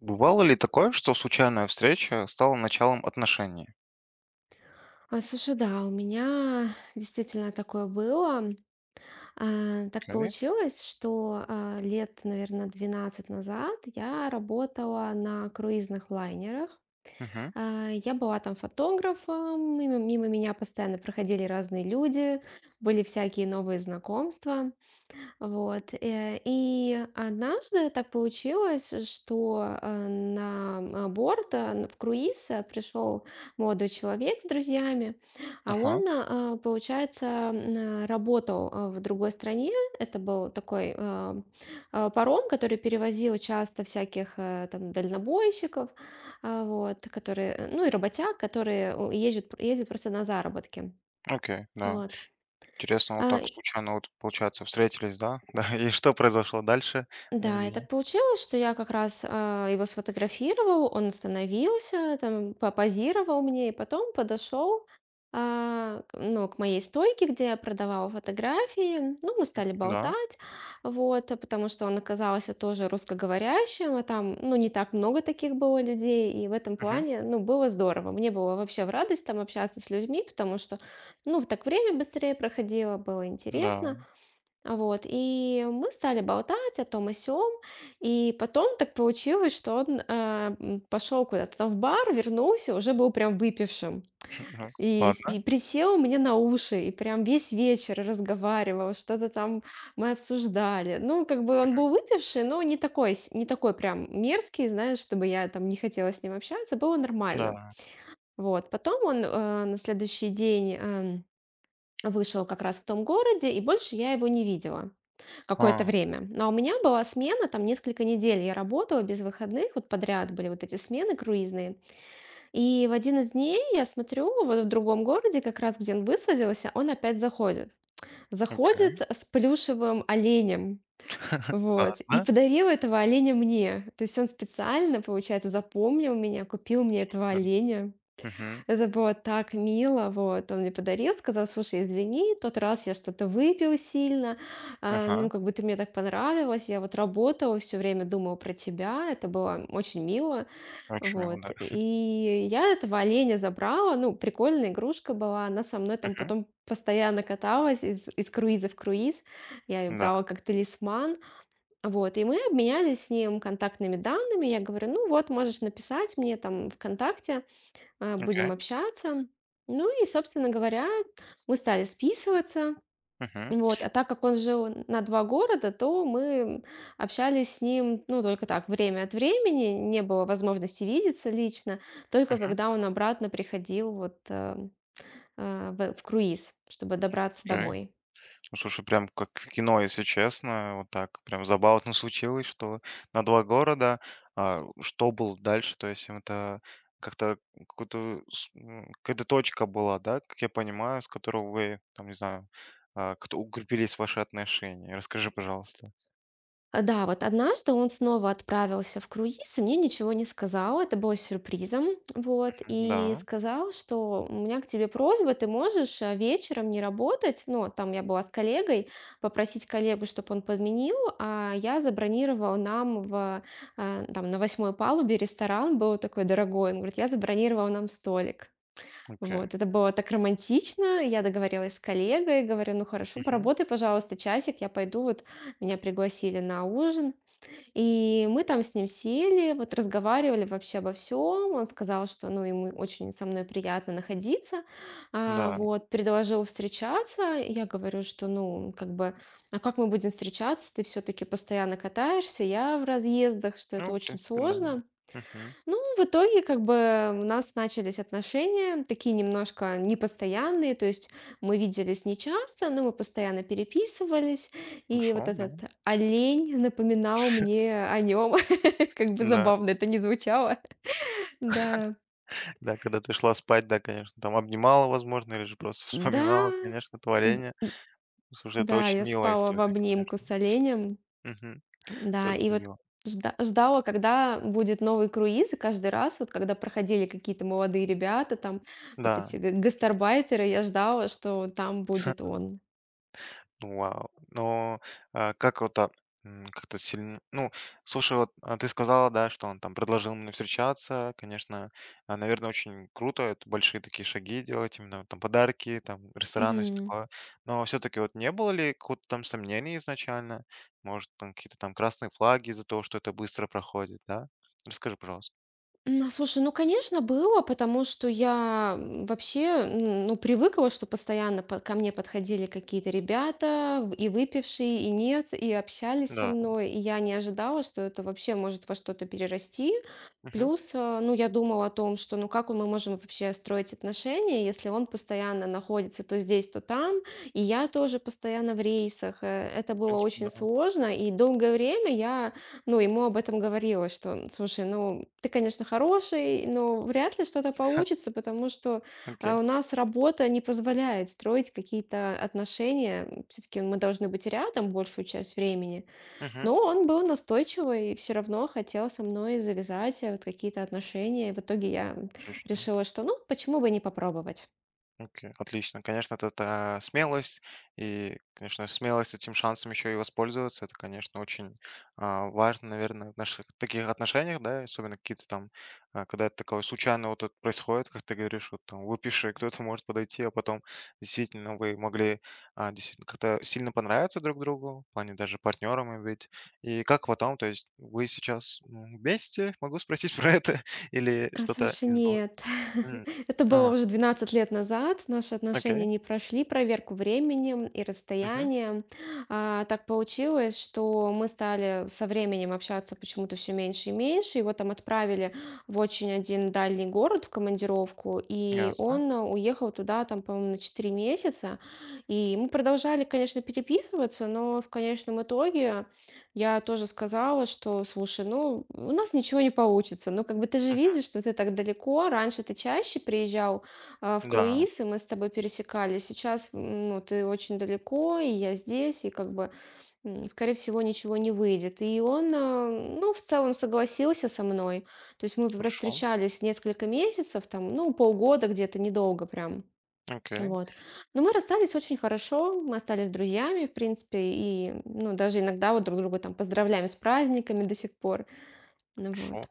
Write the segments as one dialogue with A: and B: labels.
A: Бывало ли такое, что случайная встреча стала началом отношений?
B: Ой, слушай, да, у меня действительно такое было. Так
A: Окей.
B: получилось, что лет, наверное, 12 назад я работала на круизных лайнерах.
A: Мгм.
B: Я была там фотографом, мимо меня постоянно проходили разные люди, были всякие новые знакомства. Вот, и однажды так получилось, что, э, на, м, а, борт, э, н- в круиз пришел молодой человек с друзьями, а
A: Ага.
B: он, получается, работал в другой стране. Это был такой паром, который перевозил часто всяких там дальнобойщиков, вот, которые, ну и работяг, которые ездят просто на заработки.
A: Окей, да.
B: Вот.
A: Интересно, вот
B: А,
A: так случайно вот, получается, встретились, да? Да, и что произошло дальше? Да,
B: Да, и так
A: извини.
B: получилось, что я как раз, его сфотографировала, он остановился, там попозировал мне и потом подошел, к моей стойке, где я продавала фотографии. Ну, мы стали
A: Да.
B: болтать, вот, а потому что он оказался тоже русскоговорящим, а там, ну, не так много таких было людей, и в этом
A: Мгм.
B: плане, ну, было здорово. Мне было вообще в радость там общаться с людьми, потому что, ну, так время быстрее проходило, было
A: Да.
B: интересно. Вот, и мы стали болтать о том, и сём. И потом так получилось, что он, пошёл куда-то там в бар, вернулся, уже был прям выпившим.
A: Мгм.
B: И с
A: Ладно.
B: и присел мне на уши, и прям весь вечер разговаривал, что-то там мы обсуждали. Ну, как бы он был выпивший, но не такой прям мерзкий, знаешь, чтобы я там не хотела с ним общаться, было нормально.
A: Да.
B: Вот, потом он, на следующий день, вышел как раз в том городе, и больше я его не видела. Какое-то
A: А,
B: время. Но у меня была смена, там несколько недель я работала без выходных, вот подряд были вот эти смены круизные. И в один из дней я смотрю, вот в другом городе, как раз где он высадился, он опять заходит.
A: окей.
B: Заходит с плюшевым оленем. Вот. И
A: Ладно.
B: подарил этого оленя мне. То есть он специально, получается, запомнил меня, купил мне этого
A: Тор.
B: оленя.
A: Мгм.
B: Это было так мило, вот. Он мне подарил, сказал: «Слушай, извини, тот раз я что-то выпил сильно,
A: Ага.
B: ну, как бы ты мне так понравилась, я вот работала все время думала про тебя». Это было очень мило,
A: Очень мило,
B: вот.
A: да.
B: И я этого оленя забрала, ну, прикольная игрушка была, она со мной там
A: Мгм.
B: потом постоянно каталась из круиза в круиз. Я её
A: Да.
B: брала как талисман, вот. И мы обменялись с ним контактными данными. Я говорю: «Ну вот, можешь написать мне там ВКонтакте»,
A: Окей.
B: будем общаться. Ну и, собственно говоря, мы стали списываться.
A: Мгм.
B: Вот. А так как он жил на два города, то мы общались с ним, ну, только так, время от времени, не было возможности видеться лично, только
A: Мгм.
B: когда он обратно приходил в круиз, чтобы добраться
A: Окей.
B: домой.
A: Ну, слушай, прям как в кино, если честно. Вот так прям забавно случилось, что на 2 города. А, что было дальше? То есть им это как-то какую-то какая-то точка была, да, как я понимаю, с которой вы, там, не знаю, а, как-то укрепились ваши отношения. Расскажи, пожалуйста.
B: Да, вот однажды он снова отправился в круиз и мне ничего не сказал. Это было сюрпризом. Вот.
A: Мгм.
B: И
A: Да,
B: сказал, что у меня к тебе просьба, ты можешь вечером не работать. Ну, вот там я была с коллегой, попросить коллегу, чтобы он подменил, а я забронировала нам на 8-й палубе ресторан, был такой дорогой. Он говорит, я забронировала нам столик.
A: окей.
B: Вот, это было так романтично. Я договорилась с коллегой, говорю: «Ну хорошо,
A: Мгм.
B: поработай, пожалуйста, часик, я пойду». Вот меня пригласили на ужин, и мы там с ним сели, вот разговаривали вообще обо всем. Он сказал, что, ну, ему очень со мной приятно находиться,
A: Да.
B: вот, предложил встречаться. Я говорю, что, ну, как бы: «А как мы будем встречаться? Ты все таки постоянно катаешься, я в разъездах», что это
A: Ну, в
B: очень
A: принципе, да.
B: сложно.
A: Мгм.
B: Ну, в итоге, как бы, у нас начались отношения, такие немножко непостоянные, то есть мы виделись нечасто, но мы постоянно переписывались, и
A: Хорошо,
B: вот
A: да.
B: этот олень напоминал мне о нем, как бы
A: Да.
B: забавно это не звучало. Да,
A: Да, когда ты шла спать, да, конечно, там обнимала, возможно, или же просто
B: да,
A: вспоминала, конечно,
B: д-
A: творение.
B: д-
A: Слушай, это
B: да,
A: очень
B: я
A: милая
B: спала в
A: история,
B: обнимку
A: конечно.
B: с оленем.
A: Мгм. Это
B: Да, и
A: очень
B: вот
A: мило.
B: ждала, когда будет новый круиз, и каждый раз, вот когда проходили какие-то молодые ребята, там вот эти
A: Да,
B: га гастарбайтеры, я ждала, что там будет он.
A: ну вау. Но, а, как вот так, как-то сильно. Ну, слушай, вот, а, ты сказала, да, что он там предложил мне встречаться. Конечно, а, наверное, очень круто это большие такие шаги делать, именно там подарки, там рестораны, всё
B: Мгм.
A: такое. Но все таки вот не было ли какого-то там сомнений изначально? Может, там какие-то там красные флаги из-за того, что это быстро проходит, да? Расскажи, пожалуйста.
B: Ну, слушай, ну, конечно, было, потому что я вообще, ну, привыкла, что постоянно ко мне подходили какие-то ребята, и выпившие, и нет, и общались со
A: Да.
B: мной, и я не ожидала, что это вообще может во что-то перерасти.
A: Мгм.
B: Плюс, ну, я думала о том, что, ну, как мы можем вообще строить отношения, если он постоянно находится то здесь, то там, и я тоже постоянно в рейсах. Это
A: В
B: было
A: принципе,
B: очень
A: да.
B: сложно, и долгое время я ну, ему об этом говорила, что, слушай, ну, ты, конечно, хороший, но вряд ли что-то получится, потому что
A: Окей.
B: у нас работа не позволяет строить какие-то отношения. Все-таки мы должны быть рядом большую часть времени.
A: Мгм.
B: Но он был настойчивый и все равно хотел со мной завязать вот какие-то отношения. И в итоге я
A: Отлично.
B: решила, что, ну, почему бы не попробовать.
A: Окей, отлично. Конечно, это та смелость, и, конечно, смелость этим шансом еще и воспользоваться. Это, конечно, очень а, важно, наверное, в наших таких отношениях, да, особенно какие-то там, а, когда это такое случайно вот это происходит, как ты говоришь, вот там выпиши, кто-то может подойти, а потом действительно вы могли а, действительно как-то сильно понравиться друг другу, в плане даже партнерами быть. И как потом, то есть вы сейчас вместе, могу спросить про это, или что-то
B: Слушай,
A: не сдалось?
B: нет.
A: М.
B: Это было
A: А,
B: уже 12 лет назад. Наши отношения
A: окей.
B: не прошли проверку временем и
A: Мгм.
B: расстоянием. Так получилось, что мы стали со временем общаться почему-то все меньше и меньше. Его там отправили в очень один дальний город в командировку, и
A: Ясно.
B: он уехал туда там, по-моему, на 4 месяца. И мы продолжали, конечно, переписываться, но в конечном итоге я тоже сказала, что слушай, ну, у нас ничего не получится. Ну, как бы ты же
A: Мгм.
B: видишь, что ты так далеко. Раньше ты чаще приезжал в
A: Да,
B: круиз, и мы с тобой пересекались. Сейчас, ну, ты очень далеко, и я здесь, и как бы, скорее всего, ничего не выйдет. И он, ну, в целом согласился со мной. То есть мы
A: хорошо.
B: встречались несколько месяцев, там, ну, полгода где-то, недолго прям.
A: Окей,
B: Вот. Но мы расстались очень хорошо, мы остались друзьями, в принципе, и, ну, даже иногда вот друг друга там поздравляем с праздниками до сих пор. Ну
A: хорошо.
B: Вот.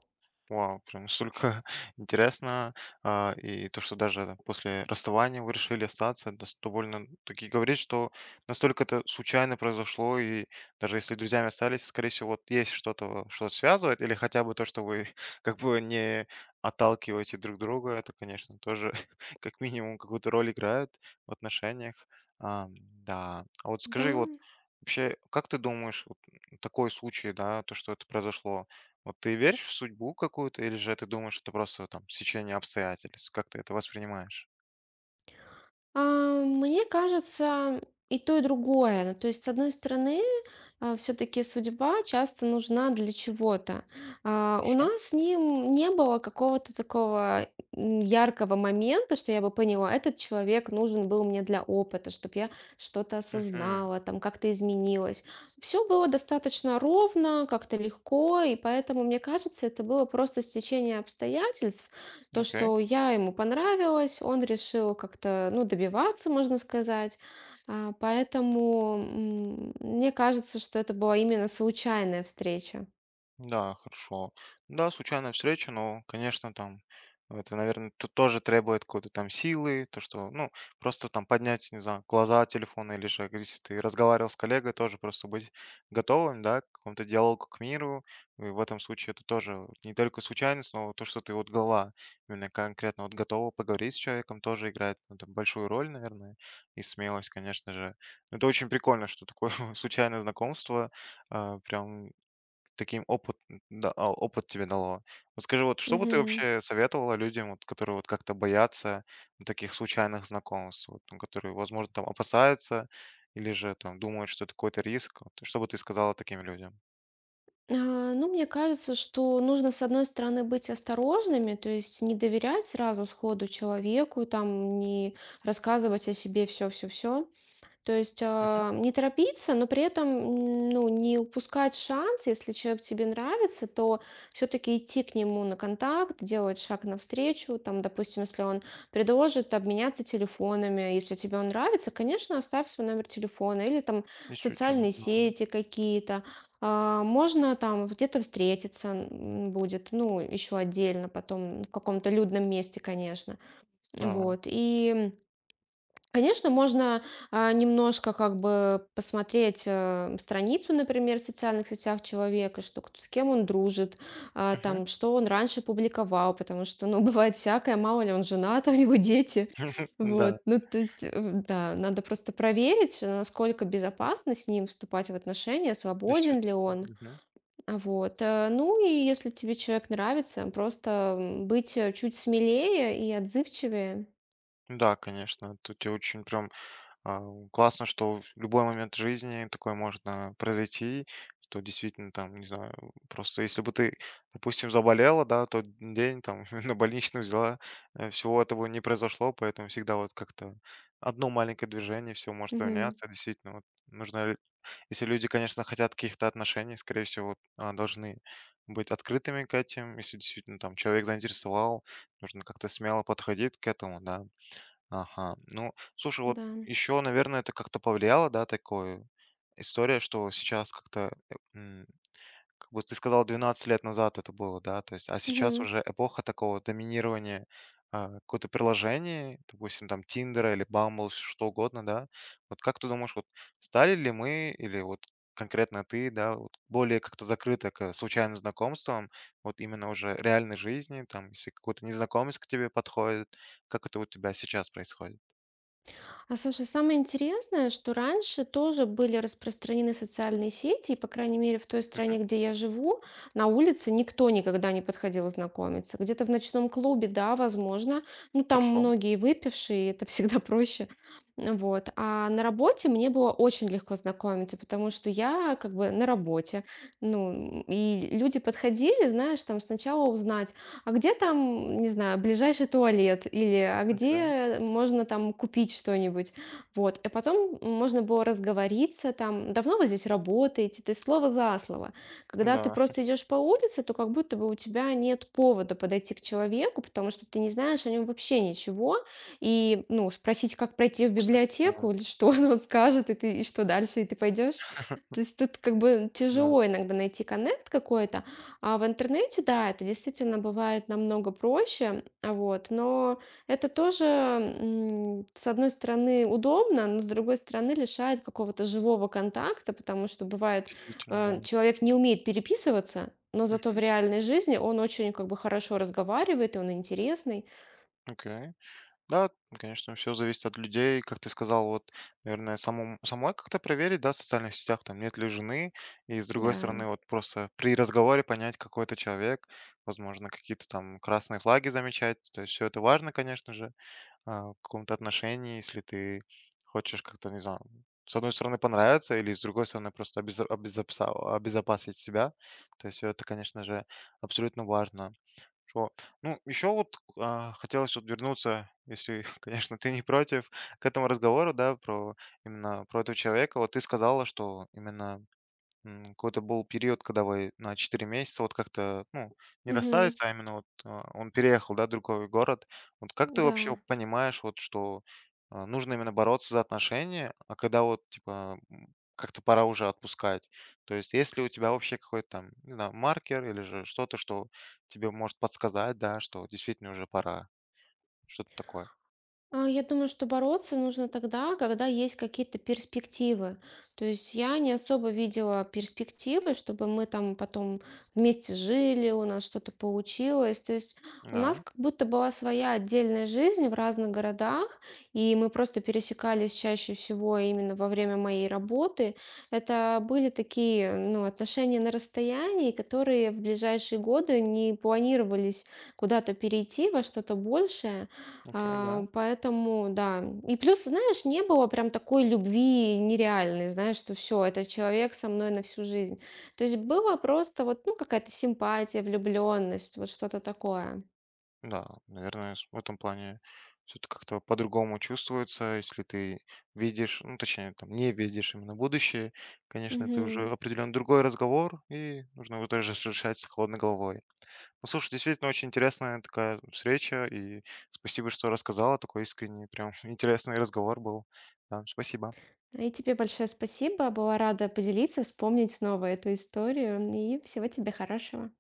A: Вау, прям настолько интересно. А, и то, что даже после расставания вы решили остаться, это довольно-таки говорит, что настолько это случайно произошло, и даже если друзьями остались, скорее всего, вот есть что-то, что связывает, или хотя бы то, что вы как бы не отталкиваете друг друга, это, конечно, тоже как минимум какую-то роль играет в отношениях. А, да. А вот
B: Да.
A: скажи, вот вообще, как ты думаешь, вот такой случай, да, то, что это произошло, вот ты веришь в судьбу какую-то или же ты думаешь, это просто там стечение обстоятельств? Как ты это воспринимаешь?
B: Мне кажется, и то, и другое. Ну, то есть, с одной стороны, все-таки судьба часто нужна для чего-то. У
A: Хорошо.
B: нас с ним не было какого-то такого яркого момента, что я бы поняла, этот человек нужен был мне для опыта, чтобы я что-то
A: Мгм.
B: осознала, там как-то изменилась. Все было достаточно ровно, как-то легко, и поэтому, мне кажется, это было просто стечение обстоятельств, то,
A: Окей.
B: что я ему понравилась, он решил как-то, ну, добиваться, можно сказать. Поэтому мне кажется, что это была именно случайная встреча.
A: Да, хорошо. Да, случайная встреча, но, конечно, там это, наверное, тут тоже требует какой-то там силы, то, что, ну, просто там поднять, не знаю, глаза от телефона или же, как если ты разговаривал с коллегой, тоже просто быть готовым, да, к какому-то диалогу, к миру. И в этом случае это тоже вот не только случайность, но то, что ты вот голова именно конкретно вот готова поговорить с человеком, тоже играет, ну, там, большую роль, наверное, и смелость, конечно же. Это очень прикольно, что такое случайное знакомство, а, прям. Таким опыт, да, а, опыт тебе дало. Вот скажи, вот что бы ты
B: Мгм.
A: вообще советовала людям, вот, которые вот как-то боятся вот таких случайных знакомств, вот, ну, которые, возможно, там опасаются или же там думают, что это какой-то риск? Вот что бы ты сказала таким людям?
B: А, Ну, мне кажется, что нужно, с одной стороны, быть осторожными, то есть не доверять сразу сходу человеку, там, не рассказывать о себе все-все-все. То есть,
A: Мгм.
B: не торопиться, но при этом, ну, не упускать шанс. Если человек тебе нравится, то все-таки идти к нему на контакт, делать шаг навстречу. Там, допустим, если он предложит обменяться телефонами, если тебе он нравится, конечно, оставь свой номер телефона или там
A: Действительно,
B: социальные
A: да.
B: сети какие-то. Можно там где-то встретиться будет, ну, еще отдельно потом в каком-то людном месте, конечно.
A: Да.
B: Вот. И конечно, можно, немножко как бы посмотреть, страницу, например, в социальных сетях человека, что кто с кем он дружит,
A: Мгм.
B: там, что он раньше публиковал, потому что, ну, бывает всякое, мало ли он женат, а у него дети.
A: Да,
B: Вот, ну, то есть, да, надо просто проверить, насколько безопасно с ним вступать в отношения, свободен
A: действительно.
B: ли он.
A: Мгм.
B: Вот, ну, и если тебе человек нравится, просто, быть, чуть смелее и отзывчивее.
A: Да, конечно. Тут я очень прям. А, классно, что в любой момент жизни такое можно произойти, что действительно там, не знаю, просто если бы ты, допустим, заболела, да, тот день там на больничную взяла, всего этого не произошло, поэтому всегда вот как-то одно маленькое движение, все может
B: Мгм.
A: поменяться. Действительно, вот нужно, если люди, конечно, хотят каких-то отношений, скорее всего, вот, а, должны быть открытыми к этим. Если действительно там человек заинтересовал, нужно как-то смело подходить к этому, да. Ага. Ну, слушай, вот
B: Да.
A: еще, наверное, это как-то повлияло, да, такое история, что сейчас как-то, как бы ты сказал, 12 лет назад это было, да, то есть, а сейчас
B: Мгм.
A: уже эпоха такого доминирования а, какое-то приложение, допустим, там Тиндера или Bumble, что угодно, да. Вот как ты думаешь, вот стали ли мы или вот конкретно ты, да, вот более как-то закрыто к случайным знакомствам, вот именно уже реальной жизни, там, если какой-то незнакомец к тебе подходит, как это у тебя сейчас происходит?
B: Слушай, самое интересное, что раньше тоже были распространены социальные сети, и, по крайней мере, в той
A: Мгм.
B: стране, где я живу, на улице никто никогда не подходил знакомиться. Где-то в ночном клубе, да, возможно, ну там
A: Хорошо.
B: многие выпившие, и это всегда проще. Вот. А на работе мне было очень легко знакомиться, потому что я как бы на работе. Ну, и люди подходили, знаешь, там сначала узнать, а где там, не знаю, ближайший туалет или а
A: Окей.
B: где можно там купить что-нибудь? Вот. И потом можно было разговориться там, давно вы здесь работаете, ты слово за слово. Когда ты
A: Да,
B: просто идешь по улице, то как будто бы у тебя нет повода подойти к человеку, потому что ты не знаешь о нем вообще ничего. И, ну, спросить, как пройти в
A: кстати, да.
B: библиотеку или что он скажет, и ты, и что дальше, и ты пойдешь. То есть тут как бы
A: Да,
B: тяжело иногда найти коннект какой-то, а в интернете, да, это действительно бывает намного проще, вот, но это тоже, с одной стороны, удобно, но с другой стороны, лишает какого-то живого контакта, потому что бывает,
A: действительно, да.
B: человек не умеет переписываться, но зато в
A: Мгм.
B: реальной жизни он очень как бы хорошо разговаривает, и он интересный.
A: Окей. Да, конечно, все зависит от людей. Как ты сказал, вот, наверное, самому самой как-то проверить, да, в социальных сетях, там, нет ли жены. И, с другой
B: Да.
A: стороны, вот просто при разговоре понять, какой это человек, возможно, какие-то там красные флаги замечать. То есть все это важно, конечно же. А, в каком-то отношении, если ты хочешь как-то, не знаю, с одной стороны понравиться или с другой стороны просто обезопасить себя. То есть это, конечно же, абсолютно важно. Что... Ну, еще вот а, хотелось вот вернуться, если, конечно, ты не против, к этому разговору, да, про именно про этого человека. Вот ты сказала, что именно. Какой-то был период, когда вы на 4 месяца вот как-то, ну, не
B: Мгм.
A: расстались, а именно вот, а, он переехал, да, в другой город. Вот как ты
B: Да.
A: вообще понимаешь, вот что, а, нужно именно бороться за отношения, а когда вот, типа, как-то пора уже отпускать? То есть есть ли у тебя вообще какой-то там, не знаю, маркер или же что-то, что тебе может подсказать, да, что действительно уже пора? Что-то такое.
B: Я думаю, что бороться нужно тогда, когда есть какие-то перспективы. То есть я не особо видела перспективы, чтобы мы там потом вместе жили, у нас что-то получилось. То есть у нас
A: Да,
B: как будто была своя отдельная жизнь в разных городах, и мы просто пересекались чаще всего именно во время моей работы. Это были такие, ну, отношения на расстоянии, которые в ближайшие годы не планировались куда-то перейти во что-то большее.
A: окей, да.
B: Поэтому, да. И плюс, знаешь, не было прям такой любви нереальной, знаешь, что все, это человек со мной на всю жизнь. То есть было просто вот, ну, какая-то симпатия, влюбленность, вот что-то такое.
A: Да, наверное, в этом плане все это как-то по-другому чувствуется, если ты видишь, ну, точнее, там, не видишь именно будущее, конечно, ты уже
B: Мгм.
A: определен другой разговор, и нужно его тоже решать с холодной головой. Ну, слушай, действительно очень интересная такая встреча, и спасибо, что рассказала, такой искренний, прям интересный разговор был. Да, спасибо.
B: И тебе большое спасибо. Была рада поделиться, вспомнить снова эту историю. И всего тебе хорошего.